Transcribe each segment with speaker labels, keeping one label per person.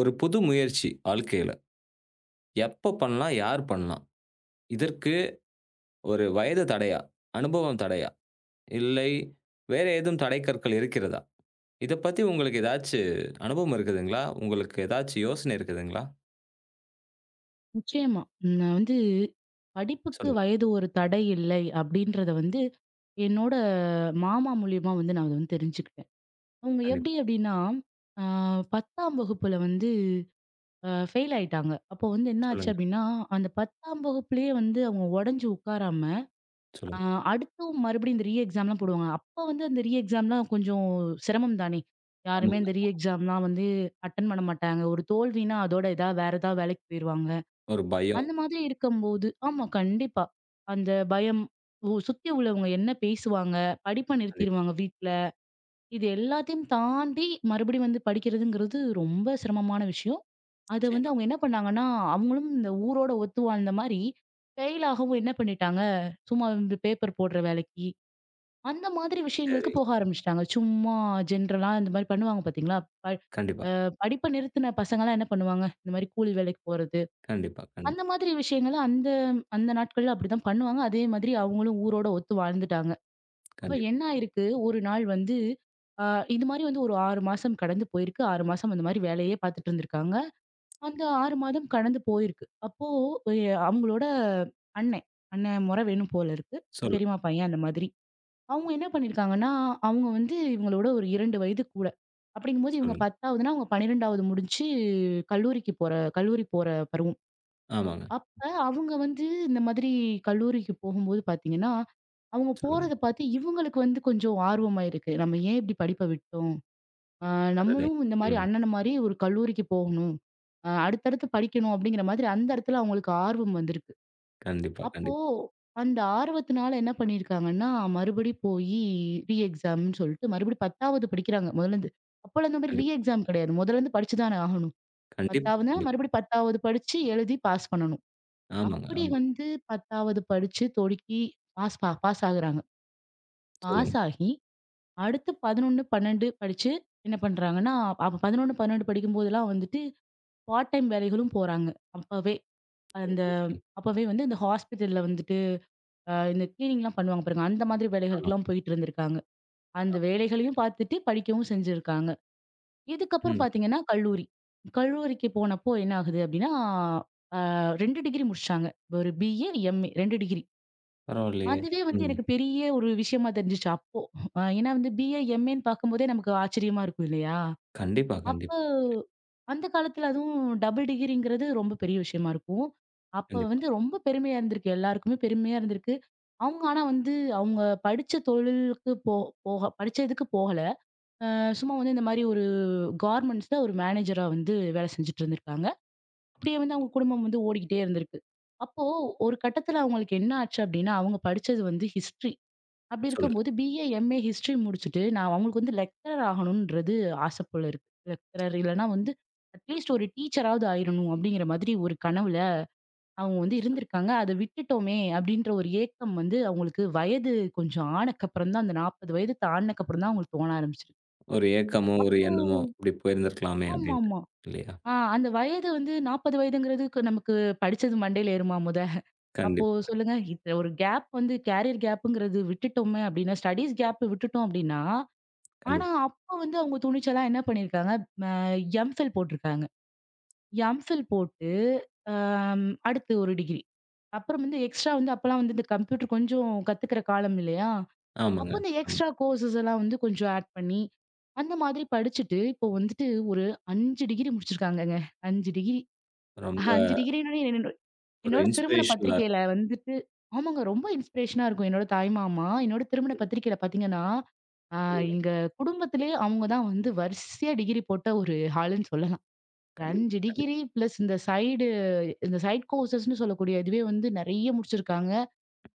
Speaker 1: ஒரு புது முயற்சி வாழ்க்கையில. எப்ப பண்ணலாம்? யார் பண்ணலாம்? இதற்கு ஒரு வயது தடையா? அனுபவம் தடையா? இல்லை வேற ஏதும் தடைக்கற்கள் இருக்கிறதா? இத பத்தி உங்களுக்கு ஏதாச்சு அனுபவம் இருக்குதுங்களா? உங்களுக்கு ஏதாச்சு யோசனை இருக்குதுங்களா?
Speaker 2: நிச்சயமா. நான் வந்து படிப்புக்கு
Speaker 1: சொல்லுங்க.
Speaker 2: வயது ஒரு தடை இல்லை அப்படின்றத வந்து என்னோட மாமா மூலியமா வந்து நான் அத வந்து தெரிஞ்சுக்கிட்டேன். அவங்க எப்படி
Speaker 1: கண்டிப்பா.
Speaker 2: அப்படின்னா, ஆ 10ஆம் வகுப்புல வந்து ஃபெயில் ஆயிட்டாங்க. அப்போ வந்து என்ன ஆச்சு
Speaker 1: சொல்லுங்க,
Speaker 2: அப்படின்னா, அந்த 10ஆம் வகுப்புலயே வந்து அவங்க உடைஞ்சு உட்காராம, அ
Speaker 1: சொல்லுங்க.
Speaker 2: அடுத்தும் மறுபடியும் இந்த ரீ எக்ஸாம்லாம் போடுவாங்க. அப்ப வந்து அந்த ரீ எக்ஸாம்லாம் கொஞ்சம் சிரமம் தானே! யாருமே
Speaker 1: ஆமாங்க.
Speaker 2: இந்த ரீ எக்ஸாம்லாம் வந்து அட்டெண்ட் பண்ண மாட்டாங்க. ஒரு தோல்வினா அதோட ஏதாவது வேற ஏதாவது வேலைக்கு போயிருவாங்க.
Speaker 1: ஒரு பயம்.
Speaker 2: அந்த மாதிரி இருக்கும்போது ஆமா கண்டிப்பா. அந்த பயம், ஓ சுத்தி உள்ளவங்க என்ன பேசுவாங்க? படிப்ப
Speaker 1: கண்டிப்பா.
Speaker 2: நிறுத்திருவாங்க வீட்ல. இது எல்லாத்தையும் தாண்டி மறுபடியும் வந்து படிக்கிறதுங்கிறது ரொம்ப சிரமமான விஷயம். அத வந்து
Speaker 1: நிச்சயமா.
Speaker 2: அவங்க என்ன பண்ணாங்கன்னா, அவங்களும் இந்த ஊரோட ஒத்து வாழ்ந்த மாரி, ஃபெயில் ஆகவும் என்ன பண்ணிட்டாங்க, சும்மா இந்த பேப்பர் போடுற வேலைக்கு, அந்த மாதிரி விஷயங்களுக்கு
Speaker 1: சரி.
Speaker 2: போக ஆரம்பிச்சுட்டாங்க. சும்மா ஜென்ரலா இந்த மாரி பண்ணுவாங்க பார்த்தீங்களா? ப
Speaker 1: கண்டிப்பா,
Speaker 2: படிப்ப நிறுத்தின பசங்கலாம் என்ன பண்ணுவாங்க? இந்த மாரி கூலி வேலைக்கு போறது.
Speaker 1: கண்டிப்பா,
Speaker 2: அந்த
Speaker 1: கண்டிப்பா,
Speaker 2: மாதிரி விஷயங்கள அந்த அந்த நாட்கள்ல அப்படிதான் பண்ணுவாங்க. அதே மாதிரி அவங்களும் ஊரோட ஒத்து வாழ்ந்துட்டாங்க. அப்ப
Speaker 1: கண்டிப்பா.
Speaker 2: என்ன ஆயிருக்கு, ஒரு நாள் வந்து அ இது மாரி வந்து ஒரு 6 மாசம் கடந்து போயிருக்கு. 6 மாசம் அந்த மாரி வேலையே பார்த்துட்டு இருந்திருக்காங்க. அந்த 6 மாதம் கடந்து போயிருக்கு. அப்போ எ அவங்களோட அண்ணன், அண்ணன் மொற வேணும் போல இருக்கு.
Speaker 1: சொல்லுங்க,
Speaker 2: பெரியம்மா பையன் அந்த மாதிரி. அவங்க என்ன பண்ணியிருக்காங்கன்னா, அவங்க வந்து இவங்களோட ஒரு 2 வயது கூட. அப்படிங்கும்போது இவங்க
Speaker 1: சொல்லுங்க.
Speaker 2: 10வதுன்னா அவங்க 12வது முடிச்சு கல்லூரிக்கு போற கல்லூரி போற பருவம்.
Speaker 1: ஆமாங்க.
Speaker 2: அப்ப அவங்க வந்து இந்த மாதிரி கல்லூரிக்கு போகும்போது பாத்தீங்கன்னா, அவங்க
Speaker 1: சொல்லுங்க.
Speaker 2: போறத பாத்து இவங்களுக்கு வந்து கொஞ்சம் ஆர்வமாயிருக்கு. நம்ம ஏன் இப்படி படிப்ப விட்டோம்? அ
Speaker 1: அடடே!
Speaker 2: நம்மளும் இந்த மாரி
Speaker 1: ம்.
Speaker 2: அண்ணன மாரி ஒரு கல்லூரிக்கு போகணும். அடுத்தடுத்து படிக்கணும் அப்படிங்கிற மாதிரி அந்த இடத்துல அவங்களுக்கு ஆர்வம் வந்திருக்கு.
Speaker 1: கண்டிப்பா,
Speaker 2: அப்போ
Speaker 1: கண்டிப்பா,
Speaker 2: அந்த ஆர்வத்தினால என்ன பண்ணியிருக்காங்கன்னா, மறுபடி போயி ரீ எக்ஸாம்ன்னு சொல்லிட்டு மறுபடியும் 10வது படிக்கிறாங்க முதலேருந்து. அப்போலாம் இந்த மாரி ரீ
Speaker 1: கண்டிப்பா,
Speaker 2: எக்ஸாம் கிடையாது. முதலேருந்து படிச்சு தானே ஆகணும்.
Speaker 1: கண்டிப்பா,
Speaker 2: 10வதுனா
Speaker 1: கண்டிப்பா.
Speaker 2: மறுபடியும் 10வது படிச்சு எழுதி பாஸ் பண்ணணும்.
Speaker 1: ஆமாங்க,
Speaker 2: அப்படி
Speaker 1: ஆமாங்க.
Speaker 2: வந்து 10வது படிச்சு தொடுக்கி பாஸ் ஆகுறாங்க.
Speaker 1: சொல்லுங்க.
Speaker 2: பாஸ் ஆகி அடுத்து 11, 12 படிச்சு என்ன பண்றாங்கன்னா, அப்ப 11, 12 படிக்கும்போதெல்லாம் வந்துட்டு பார்ட் டைம் வேலைகளும் போறாங்க. அப்பவே அந்த
Speaker 1: இன்ட்ரஸ்டிங்.
Speaker 2: அப்பவே வந்து இந்த ஹாஸ்பிட்டல்ல வந்துட்டு இந்த கிளீனிங்லாம் பண்ணுவாங்க பாருங்க. அந்த மாதிரி
Speaker 1: ஆமாங்க.
Speaker 2: வேலைகளுக்கெல்லாம் போயிட்டு இருந்திருக்காங்க. அந்த வேலைகளையும் பார்த்துட்டு படிக்கவும் செஞ்சிருக்காங்க. இதுக்கப்புறம்
Speaker 1: ம்.
Speaker 2: பார்த்தீங்கன்னா கல்லூரி. கல்லூரிக்கு போனப்போ என்ன ஆகுது அப்படின்னா, 2 டிகிரி முடிச்சாங்க. ஒரு பிஏ, எம்ஏ 2 டிகிரி.
Speaker 1: பரவாயில்லையே!
Speaker 2: அதுவே வந்து
Speaker 1: ம்.
Speaker 2: எனக்கு பெரிய ஒரு விஷயமா தெரிஞ்சுச்சு அப்போ. ஏன்னா வந்து பிஏ, எம்ஏன்னு பார்க்கும்போதே நமக்கு ஆச்சரியமா இருக்கும் இல்லையா?
Speaker 1: கண்டிப்பா,
Speaker 2: அப்ப
Speaker 1: கண்டிப்பா,
Speaker 2: அந்த காலத்துல அதுவும் டபுள் டிகிரிங்கிறது ரொம்ப பெரிய விஷயமா இருக்கும். அப்ப
Speaker 1: கண்டிப்பா.
Speaker 2: வந்து ரொம்ப பெருமையா இருந்திருக்கு. எல்லாருக்குமே பெருமையா இருந்திருக்கு. அவங்க ஆனா வந்து அவங்க படிச்ச தொழிலுக்கு போக படிச்ச இதுக்கு போகல. சும்மா வந்து இந்த மாரி ஒரு கார்மெண்ட்ஸ்ல ஒரு மேனேஜரா வந்து வேலை செஞ்சுட்டு இருந்திருக்காங்க. அப்படியே வந்து அவங்க குடும்பம் வந்து ஓடிக்கிட்டே இருந்திருக்கு. அப்போ ஒரு கட்டத்துல அவங்களுக்கு என்ன ஆச்சு அப்படின்னா, அவங்க படிச்சது வந்து ஹிஸ்ட்ரி. அப்படி
Speaker 1: சொல்லுங்க.
Speaker 2: இருக்கும்போது பிஏ, எம்ஏ ஹிஸ்ட்ரி முடிச்சுட்டு, நான் அவங்களுக்கு வந்து லெக்சரர் ஆகணுன்றது ஆசை போல இருக்கு. லெக்சரர் இல்லன்னா வந்து அட்லீஸ்ட் ஒரு டீச்சராவது ஆயிரணும் அப்படிங்கிற மாதிரி ஒரு கனவுல அவங்க வந்து இருந்திருக்காங்க. அத விட்டுட்டோமே அப்படின்ற ஒரு ஏக்கம் வந்து அவங்களுக்கு வயது கொஞ்சம் ஆனக்கப்புறம் தான், அந்த 40 வயது தாண்டுனக்கப்புறம் தான் அவங்களுக்கு தோண ஆரம்பிச்சிருக்கு.
Speaker 1: ஒரு ஏக்கமோ, ஒரு
Speaker 2: அப்போ
Speaker 1: எண்ணமோ இப்படி போயிருந்திருக்கலாமே அப்படின்ட்டு.
Speaker 2: ஆமாமா.
Speaker 1: இல்லையா?
Speaker 2: அந்த வயது வந்து 40 வயதுங்கிறதுக்கு நமக்கு படிச்சது மண்டையில ஏறுமா முத? அப்போ
Speaker 1: கண்டிப்பா,
Speaker 2: சொல்லுங்க. இந்த ஒரு கேப் வந்து கேரியர் கேப்புங்கிறது விட்டுட்டோமே அப்படின்னா, ஸ்டடீஸ் கேப் விட்டுட்டோம் அப்படின்னா ஆனா,
Speaker 1: கண்டிப்பா.
Speaker 2: அப்ப வந்து அவங்க துணிச்சலா என்ன பண்ணியிருக்காங்க, அ எம்ஃபில் போட்டிருக்காங்க. எம்ஃபில் போட்டு, அடுத்து ஒரு டிகிரி. அப்புறம் வந்து எக்ஸ்ட்ரா வந்து அப்பலாம் வந்து இந்த கம்ப்யூட்டர் கொஞ்சம் கத்துக்கிற காலம் இல்லையா?
Speaker 1: ஆமாங்க.
Speaker 2: அப்போ இந்த
Speaker 1: ஆமா.
Speaker 2: எக்ஸ்ட்ரா கோர்ஸஸ் எல்லாம் வந்து கொஞ்சம் ஆட் பண்ணி, அந்த மாதிரி படிச்சுட்டு, இப்போ வந்துட்டு ஒரு 5 டிகிரி முடிச்சிருக்காங்கங்க. 5 டிகிரி
Speaker 1: ரொம்ப
Speaker 2: 5 டிகிரின்னு
Speaker 1: ஒரு
Speaker 2: என்னோட திருமண
Speaker 1: இன்ஸ்பிரேஷனலா
Speaker 2: பத்திரிக்கையில
Speaker 1: இருக்கு.
Speaker 2: வந்துட்டு ஆமாங்க ரொம்ப இன்ஸ்பிரேஷனா இருக்கும். என்னோட தாய்மாமா, என்னோட திருமண பத்திரிக்கையில பார்த்தீங்கன்னா, ஆ
Speaker 1: சொல்லுங்க.
Speaker 2: எங்க குடும்பத்திலேயே அவங்க தான் வந்து வரிசையா டிகிரி போட்ட ஒரு ஆளுன்னு சொல்லலாம். ஒரு
Speaker 1: கண்டிப்பா,
Speaker 2: 5
Speaker 1: கண்டிப்பா,
Speaker 2: டிகிரி பிளஸ் இந்த சைட் கோர்சஸ்ன்னு சொல்லக்கூடிய இதுவே வந்து நெறைய முடிச்சிருக்காங்க.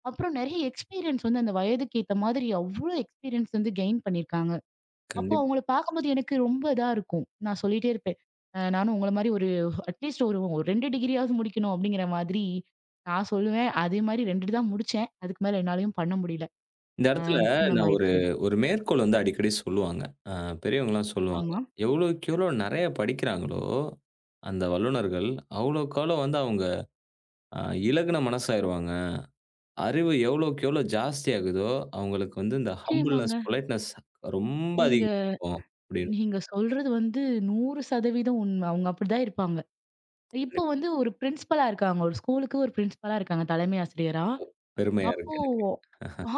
Speaker 2: அப்புறம் நெறைய எக்ஸ்பீரியன்ஸ் வந்து அந்த வயதுக்கு ஏத்த மாதிரி அவ்ளோ எக்ஸ்பீரியன்ஸ் வந்து கெயின் பண்ணியிருக்காங்க. அப்போ
Speaker 1: கண்டிப்பா.
Speaker 2: அவங்கள பார்க்கும்போது எனக்கு ரொம்ப இதா இருக்கும். நான் சொல்லிட்டே இருப்பேன். நானும் உங்கள மாரி ஒரு அட்லீஸ்ட் ஒரு ஒரு 2 டிகிரியாவது முடிக்கணும் அப்படிங்கிற மாதிரி நான் சொல்லுவேன். அதே மாரி 2 தான் முடிச்சேன். அதுக்கு மேல என்னாலயும் பண்ண முடியல.
Speaker 1: இந்த
Speaker 2: அ
Speaker 1: இடத்துல
Speaker 2: திருமணம்
Speaker 1: நான் ஒரு
Speaker 2: ஆயிருச்சு.
Speaker 1: ஒரு மேற்கோள் வந்து அடிக்கடி சொல்லுவாங்க. அ பெரியவங்கலாம் சொல்லுவாங்க.
Speaker 2: ஆமா.
Speaker 1: எவ்வளோக்கு எவ்வளோ நெறைய படிக்கிறாங்களோ, அந்த வல்லுனர்கள் அவ்வளோக்கு அவ்வளோ வந்து அவங்க அ இலகுன மனசாயிருவாங்க. அறிவு எவ்வளோக்கு எவ்வளோ ஜாஸ்தியாகுதோ, அவங்களுக்கு வந்து இந்த ஹம்பிள்னஸ்,
Speaker 2: நிச்சயமாங்க.
Speaker 1: பொலைட்னஸ் ரொம்ப
Speaker 2: நீங்க
Speaker 1: அதிகமாகும் அப்படின்னு
Speaker 2: நீங்க சொல்றது வந்து 100% உண்ம. அவங்க அப்படிதான் இருப்பாங்க. இப்போ வந்து ஒரு பிரின்சிபலா இருக்காங்க. ஒரு ஸ்கூலுக்கு ஒரு பிரின்சிபலா இருக்காங்க தலைமை ஆசிரியரா.
Speaker 1: பெருமையா
Speaker 2: அப்போ
Speaker 1: இருக்கு எனக்கு.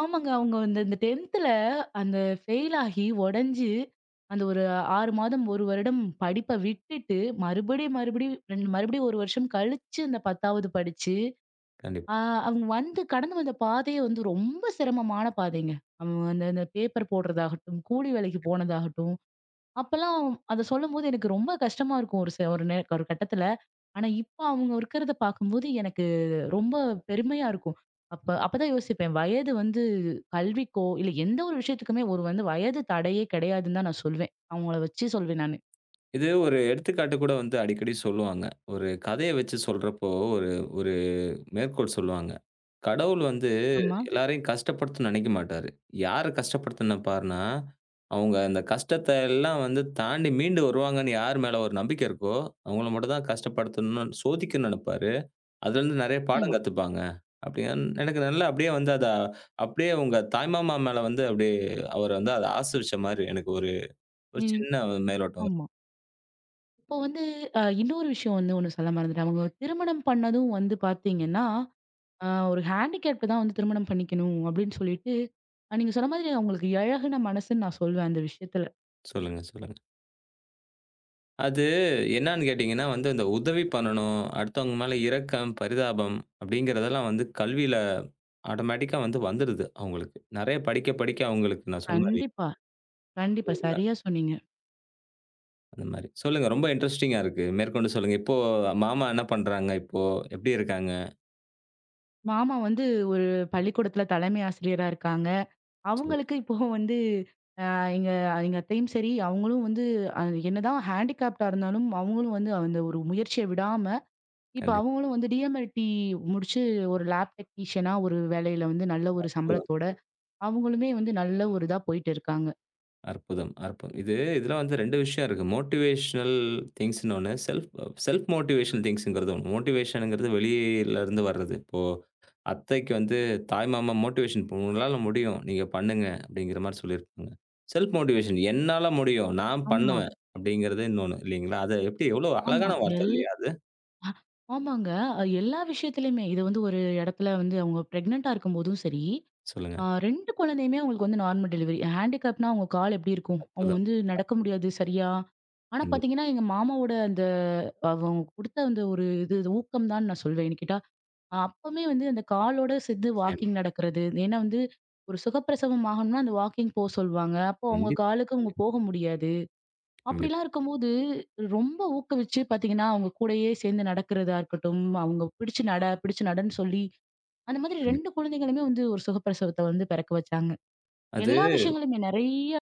Speaker 2: ஆமாங்க. அவங்க வந்து இந்த 10த்ல அந்த ஃபெயில் ஆகி உடைஞ்சு, அந்த ஒரு 6 மாதம், 1 வருடம் படிப்ப விட்டுட்டு, மறுபடியும் மறுபடியும் 2 மறுபடியும் 1 வருஷம் கழிச்சு இந்த 10வது படிச்சு,
Speaker 1: கண்டிப்பா.
Speaker 2: ஆ அவங்க வந்து கடந்து வந்த பாதையே வந்து ரொம்ப சிரமமான பாதைங்க. அவங்க அந்த அந்த பேப்பர் போடுறதாகட்டும், கூலி வேலைக்கு போனதாகட்டும், அப்பல்லாம் அத சொல்லும்போது எனக்கு ரொம்ப கஷ்டமா இருக்கும் ஒரு ச ஒரு நே ஒரு கட்டத்துல. ஆனா, இப்ப அவங்க இருக்கிறத பார்க்கும்போது எனக்கு ரொம்ப பெருமையா இருக்கும். அப்ப அப்பதான் யோசிப்பேன். வயது வந்து கல்விக்கோ, இல்ல எந்த ஒரு விஷயத்துக்குமே ஒரு வந்து வயது தடையே கிடையாதுன்னு தான் நான் சொல்வேன். அவங்கள வச்சு சொல்வேன் நானு.
Speaker 1: இது ஒரு எடுத்துக்காட்டு கூட வந்து அடிக்கடி சொல்லுவாங்க. ஒரு கதைய வச்சு சொல்றப்போ ஒரு ஒரு மேற்கோள் சொல்லுவாங்க. கடவுள் வந்து
Speaker 2: ஆமா.
Speaker 1: எல்லாரையும் கஷ்டப்படுத்தணும்னு நெனைக்க மாட்டாரு. யார கஷ்டப்படுத்த நினைப்பாருன்னா, அவங்க அந்த கஷ்டத்த எல்லாம் வந்து தாண்டி மீண்டு வருவாங்கன்னு யார் மேல ஒரு நம்பிக்கை இருக்கோ, அவங்கள மட்டும் தான் கஷ்டப்படுத்தணும்னு சோதிக்கணும்னு நெனைப்பாரு. அதுலருந்து நெறைய பாடம்
Speaker 2: நிச்சயமா.
Speaker 1: கத்துப்பாங்க. அப்படியா எனக்கு நல்லா அப்படியே வந்து அத அப்படியே உங்க தாய்மாமா மேல வந்து அப்படியே அவர வந்து அத ஆசிர்வச்ச மாரி எனக்கு ஒரு ஒரு
Speaker 2: ம்.
Speaker 1: சின்ன மேலோட்டம்.
Speaker 2: ஆமா. இப்போ வந்து இன்னொரு விஷயம் வந்து ஒண்ணு சொல்ல மறந்துட்டேன். அவங்க திருமணம் பண்ணதும் வந்து பார்த்தீங்கன்னா, ஒரு ஹேண்டிகேப்ட்ட தான் வந்து திருமணம் பண்ணிக்கணும் அப்படின்னு சொல்லிட்டு, நீங்க சொன்ன மாதிரி அவங்களுக்கு இழகுன மனசுன்னு நான் சொல்வேன் அந்த விஷயத்துல.
Speaker 1: சொல்லுங்க, சொல்லுங்க. அது என்னான்னு கேட்டீங்கன்னா வந்து இந்த உதவி பண்ணணும், அடுத்தவங்க மேல இரக்கம், பரிதாபம் அப்படிங்கிறதெல்லாம் வந்து கல்வியில ஆட்டோமேட்டிக்கா வந்து வந்துருது அவங்களுக்கு. நெறைய படிக்க படிக்க அவங்களுக்கு நான் சொன்ன மாரி
Speaker 2: கண்டிப்பா, கண்டிப்பா.
Speaker 1: இல்லைங்களா?
Speaker 2: சரியா சொன்னீங்க.
Speaker 1: அந்த மாரி. சொல்லுங்க ரொம்ப இன்ட்ரஸ்டிங்கா இருக்கு. மேற்கொண்டு சொல்லுங்க. இப்போ மாமா என்ன பண்றாங்க இப்போ? எப்படி இருக்காங்க?
Speaker 2: மாமா வந்து ஒரு பள்ளிக்கூடத்துல தலைமை ஆசிரியரா இருக்காங்க.
Speaker 1: சொல்லுங்க.
Speaker 2: அவங்களுக்கு இப்போ வந்து அ எங்க எங்க அத்தையும் சரி, அவங்களும் வந்து அ என்னதான் ஹேண்டிகேப்ட்டா இருந்தாலும், அவங்களும் வந்து அந்த ஒரு முயற்சிய விடாம, இப்ப
Speaker 1: கண்டிப்பா.
Speaker 2: அவங்களும் வந்து டிஎம்எல்டி முடிச்சு ஒரு லேப் டெக்னீஷியனா ஒரு வேலையில வந்து நல்ல ஒரு சம்பளத்தோட, அவங்களுமே வந்து நல்ல ஒரு இதா போயிட்டு இருக்காங்க.
Speaker 1: அற்புதம், அற்புதம். இதுல வந்து 2 விஷயம் இருக்கு. மோட்டிவேஷனல் திங்க்ஸ்ன்னு ஒண்ணு. செல்ஃப் செல்ஃப் மோட்டிவேஷனல் திங்க்ஸ்ங்கிறது ஒண்ணு. மோட்டிவேஷன்ங்கிறது வெளியிலருந்து வர்றது. இப்போ அத்தைக்கு வந்து தாய்மாமா மோட்டிவேஷன் "உங்களால முடியும். நீங்க பண்ணுங்க" அப்படிங்கிற மாரி சொல்லியிருப்பாங்க. செல்ஃப் மோட்டிவேஷன் "என்னால முடியும். நான்
Speaker 2: ஆமா,
Speaker 1: பண்ணுவேன்" அப்படிங்கிறது இன்னொன்னு இல்லைங்களா? அது எப்படி எவ்வளோ
Speaker 2: ஆமா.
Speaker 1: அழகான வார்த்தை
Speaker 2: எல்
Speaker 1: இல்லையா அது?
Speaker 2: ஆமாங்க. எல்லா விஷயத்துலயுமே இது வந்து ஒரு இடத்துல வந்து அவங்க பிரெக்னன்ட்டா இருக்கும்போதும் சரி
Speaker 1: சொல்லுங்க.
Speaker 2: 2 குழந்தையுமே அவங்களுக்கு வந்து நார்மல் டெலிவரி. ஹேண்டிகேப்னா அவங்க கால் எப்படி இருக்கும்? அவங்க
Speaker 1: அற்புதம்.
Speaker 2: வந்து நடக்க முடியாது சரியா. ஆனா
Speaker 1: கண்டிப்பா.
Speaker 2: பார்த்தீங்கன்னா, எங்க மாமாவோட அந்த அவங்க குடுத்த அந்த ஒரு இது ஊக்கம் தான் நான் சொல்வேன். ஏன்னு கேட்டா, அப்பமே வந்து அந்த காலோட சேர்ந்து
Speaker 1: நிச்சயமா.
Speaker 2: வாக்கிங் நடக்கிறது. ஏன்னா வந்து ஒரு சுகப்பிரசவம் ஆகணும்னா அந்த வாக்கிங் போ சொல்வாங்க. அப்போ அவங்க
Speaker 1: கண்டிப்பா,
Speaker 2: காலுக்கு அவங்க
Speaker 1: கண்டிப்பா,
Speaker 2: போக முடியாது.
Speaker 1: கண்டிப்பா,
Speaker 2: அப்படிலாம் இருக்கும்போது ரொம்ப ஊக்குவிச்சு பார்த்தீங்கன்னா, அவங்க கூடயே சேர்ந்து நடக்கிறதா இருக்கட்டும், அவங்க பிடிச்சு நட, பிடிச்சு நடன்னு சொல்லி அந்த மாதிரி 2
Speaker 1: கண்டிப்பா.
Speaker 2: குழந்தைகளுமே வந்து ஒரு சுகப்பிரசவத்த வந்து பிறக்க வச்சாங்க.
Speaker 1: அது
Speaker 2: எல்லா விஷயங்களுமே நெறைய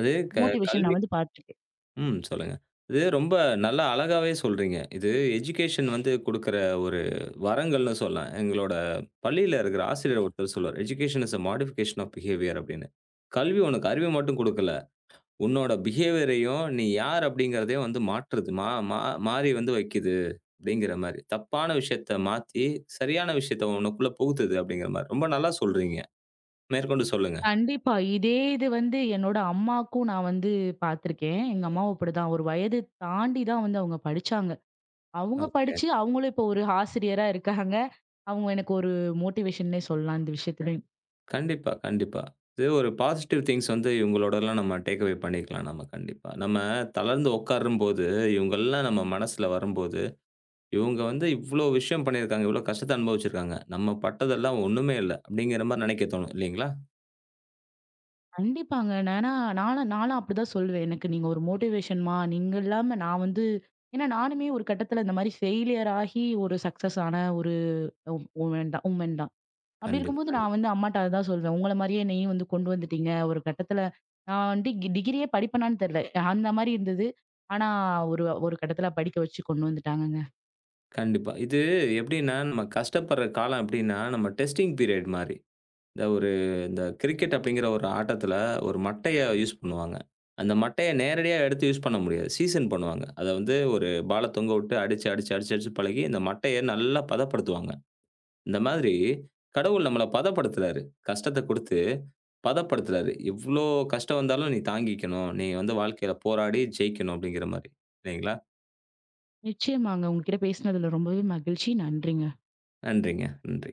Speaker 1: அது
Speaker 2: மோட்டிவேஷன்
Speaker 1: கல்வி
Speaker 2: நான் வந்து பார்த்துருக்கேன்.
Speaker 1: சொல்லுங்க. இது ரொம்ப நல்லா அழகாவே சொல்றீங்க. இது எஜுகேஷன் வந்து குடுக்குற ஒரு வரங்கள்னு சொல்லலாம். எங்களோட பள்ளியில இருக்கிற ஆசிரியர் ஒருத்தர் சொல்லுவாரு. "Education is a modification of behaviour" அப்படின்னு. கல்வி உனக்கு அறிவ மட்டும் குடுக்கல. உன்னோட பிஹேவியரையும், நீ யார் அப்படிங்கிறதையும் வந்து மாற்றுது. மா மா மாறி வந்து வைக்குது அப்படிங்கிற மாரி. தப்பான விஷயத்த மாத்தி, சரியான விஷயத்த உனக்குள்ள புகுத்துது அப்படிங்கிற மாரி. ரொம்ப நல்லா சொல்றீங்க. மேற்கொண்டு சொல்லுங்க.
Speaker 2: கண்டிப்பா. இதே இது வந்து என்னோட அம்மாக்கும் நான் வந்து பார்த்துருக்கேன். எங்க அம்மாவும் அப்படிதான். ஒரு வயது தாண்டி தான் வந்து அவங்க படிச்சாங்க. அவங்க
Speaker 1: ஓகே.
Speaker 2: படிச்சு அவங்களும் இப்போ ஒரு ஆசிரியரா இருக்காங்க. அவங்க எனக்கு ஒரு மோட்டிவேஷன்னே சொல்லலாம் இந்த விஷயத்துலயும்.
Speaker 1: கண்டிப்பா, கண்டிப்பா. இது ஒரு பாசிட்டிவ் திங்க்ஸ் வந்து இவங்களோடலாம் நம்ம டேக் அவே பண்ணிக்கலாம் நம்ம கண்டிப்பா. நம்ம தளர்ந்து உட்காரும்போது, இவங்கலாம் நம்ம மனசுல வரும்போது, இவங்க வந்து இவ்ளோ விஷயம் பண்ணியிருக்காங்க, இவ்ளோ கஷ்டத்த அனுபவிச்சிருக்காங்க. நம்ம பட்டதெல்லாம் ஒண்ணுமே இல்ல. அப்படிங்கிற மாரி நெனைக்க தோணும் இல்லைங்களா?
Speaker 2: கண்டிப்பாங்க. ஏன்னா நானும் நானும் அப்படிதான் சொல்லுவேன். எனக்கு நீங்க ஒரு மோட்டிவேஷன்ம்மா. நீங்க இல்லாம நான் வந்து ஏன்னா நானுமே ஒரு கட்டத்துல இந்த மாரி ஃபெயிலியர் ஆகி ஒரு சக்சஸ் ஆன ஒரு உமன் தான். அப்படி
Speaker 1: கண்டிப்பா,
Speaker 2: இருக்கும்போது நான்
Speaker 1: கண்டிப்பா.
Speaker 2: வந்து அம்மாட்ட அதுதான் சொல்வேன். உங்கள மாரியே என்னையும் வந்து கொண்டு வந்துட்டீங்க. ஒரு கட்டத்துல நான் வந்து டிகிரியே படிப்பேனான்னு தெரியல. அந்த மாரி இருந்தது. ஆனா ஒரு ஒரு கட்டத்துல படிக்க வச்சு கொண்டு வந்துட்டாங்கங்க.
Speaker 1: கண்டிப்பா. இது எப்படின்னா, நம்ம கஷ்டப்படுற காலம் எப்படின்னா, நம்ம டெஸ்டிங் பீரியட் மாரி. இந்த ஒரு இந்த கிரிக்கெட் அப்படிங்கிற ஒரு ஆட்டத்தில ஒரு மட்டைய யூஸ் பண்ணுவாங்க. அந்த மட்டைய நேரடியா எடுத்து யூஸ் பண்ண முடியாது. சீசன் பண்ணுவாங்க. அத வந்து ஒரு பால தொங்க விட்டு அடிச்சு, அடிச்சு, அடிச்சு, அடிச்சு பழகி இந்த மட்டைய நல்லா பதப்படுத்துவாங்க. இந்த மாதிரி கடவுள் நம்மள பதப்படுத்துறாரு. கஷ்டத்த குடுத்து பதப்படுத்துறாரு. "இவ்ளோ கஷ்டம் வந்தாலும் நீ தாங்கிக்கணும். நீ வந்து வாழ்க்கையில போராடி ஜெயிக்கணும்." அப்படிங்கிற மாரி. இல்லைங்களா?
Speaker 2: நிச்சயமாங்க. உங்ககிட்ட பேசினதுல ரொம்பவே மகிழ்ச்சி. நன்றிங்க.
Speaker 1: நன்றிங்க. நன்றி.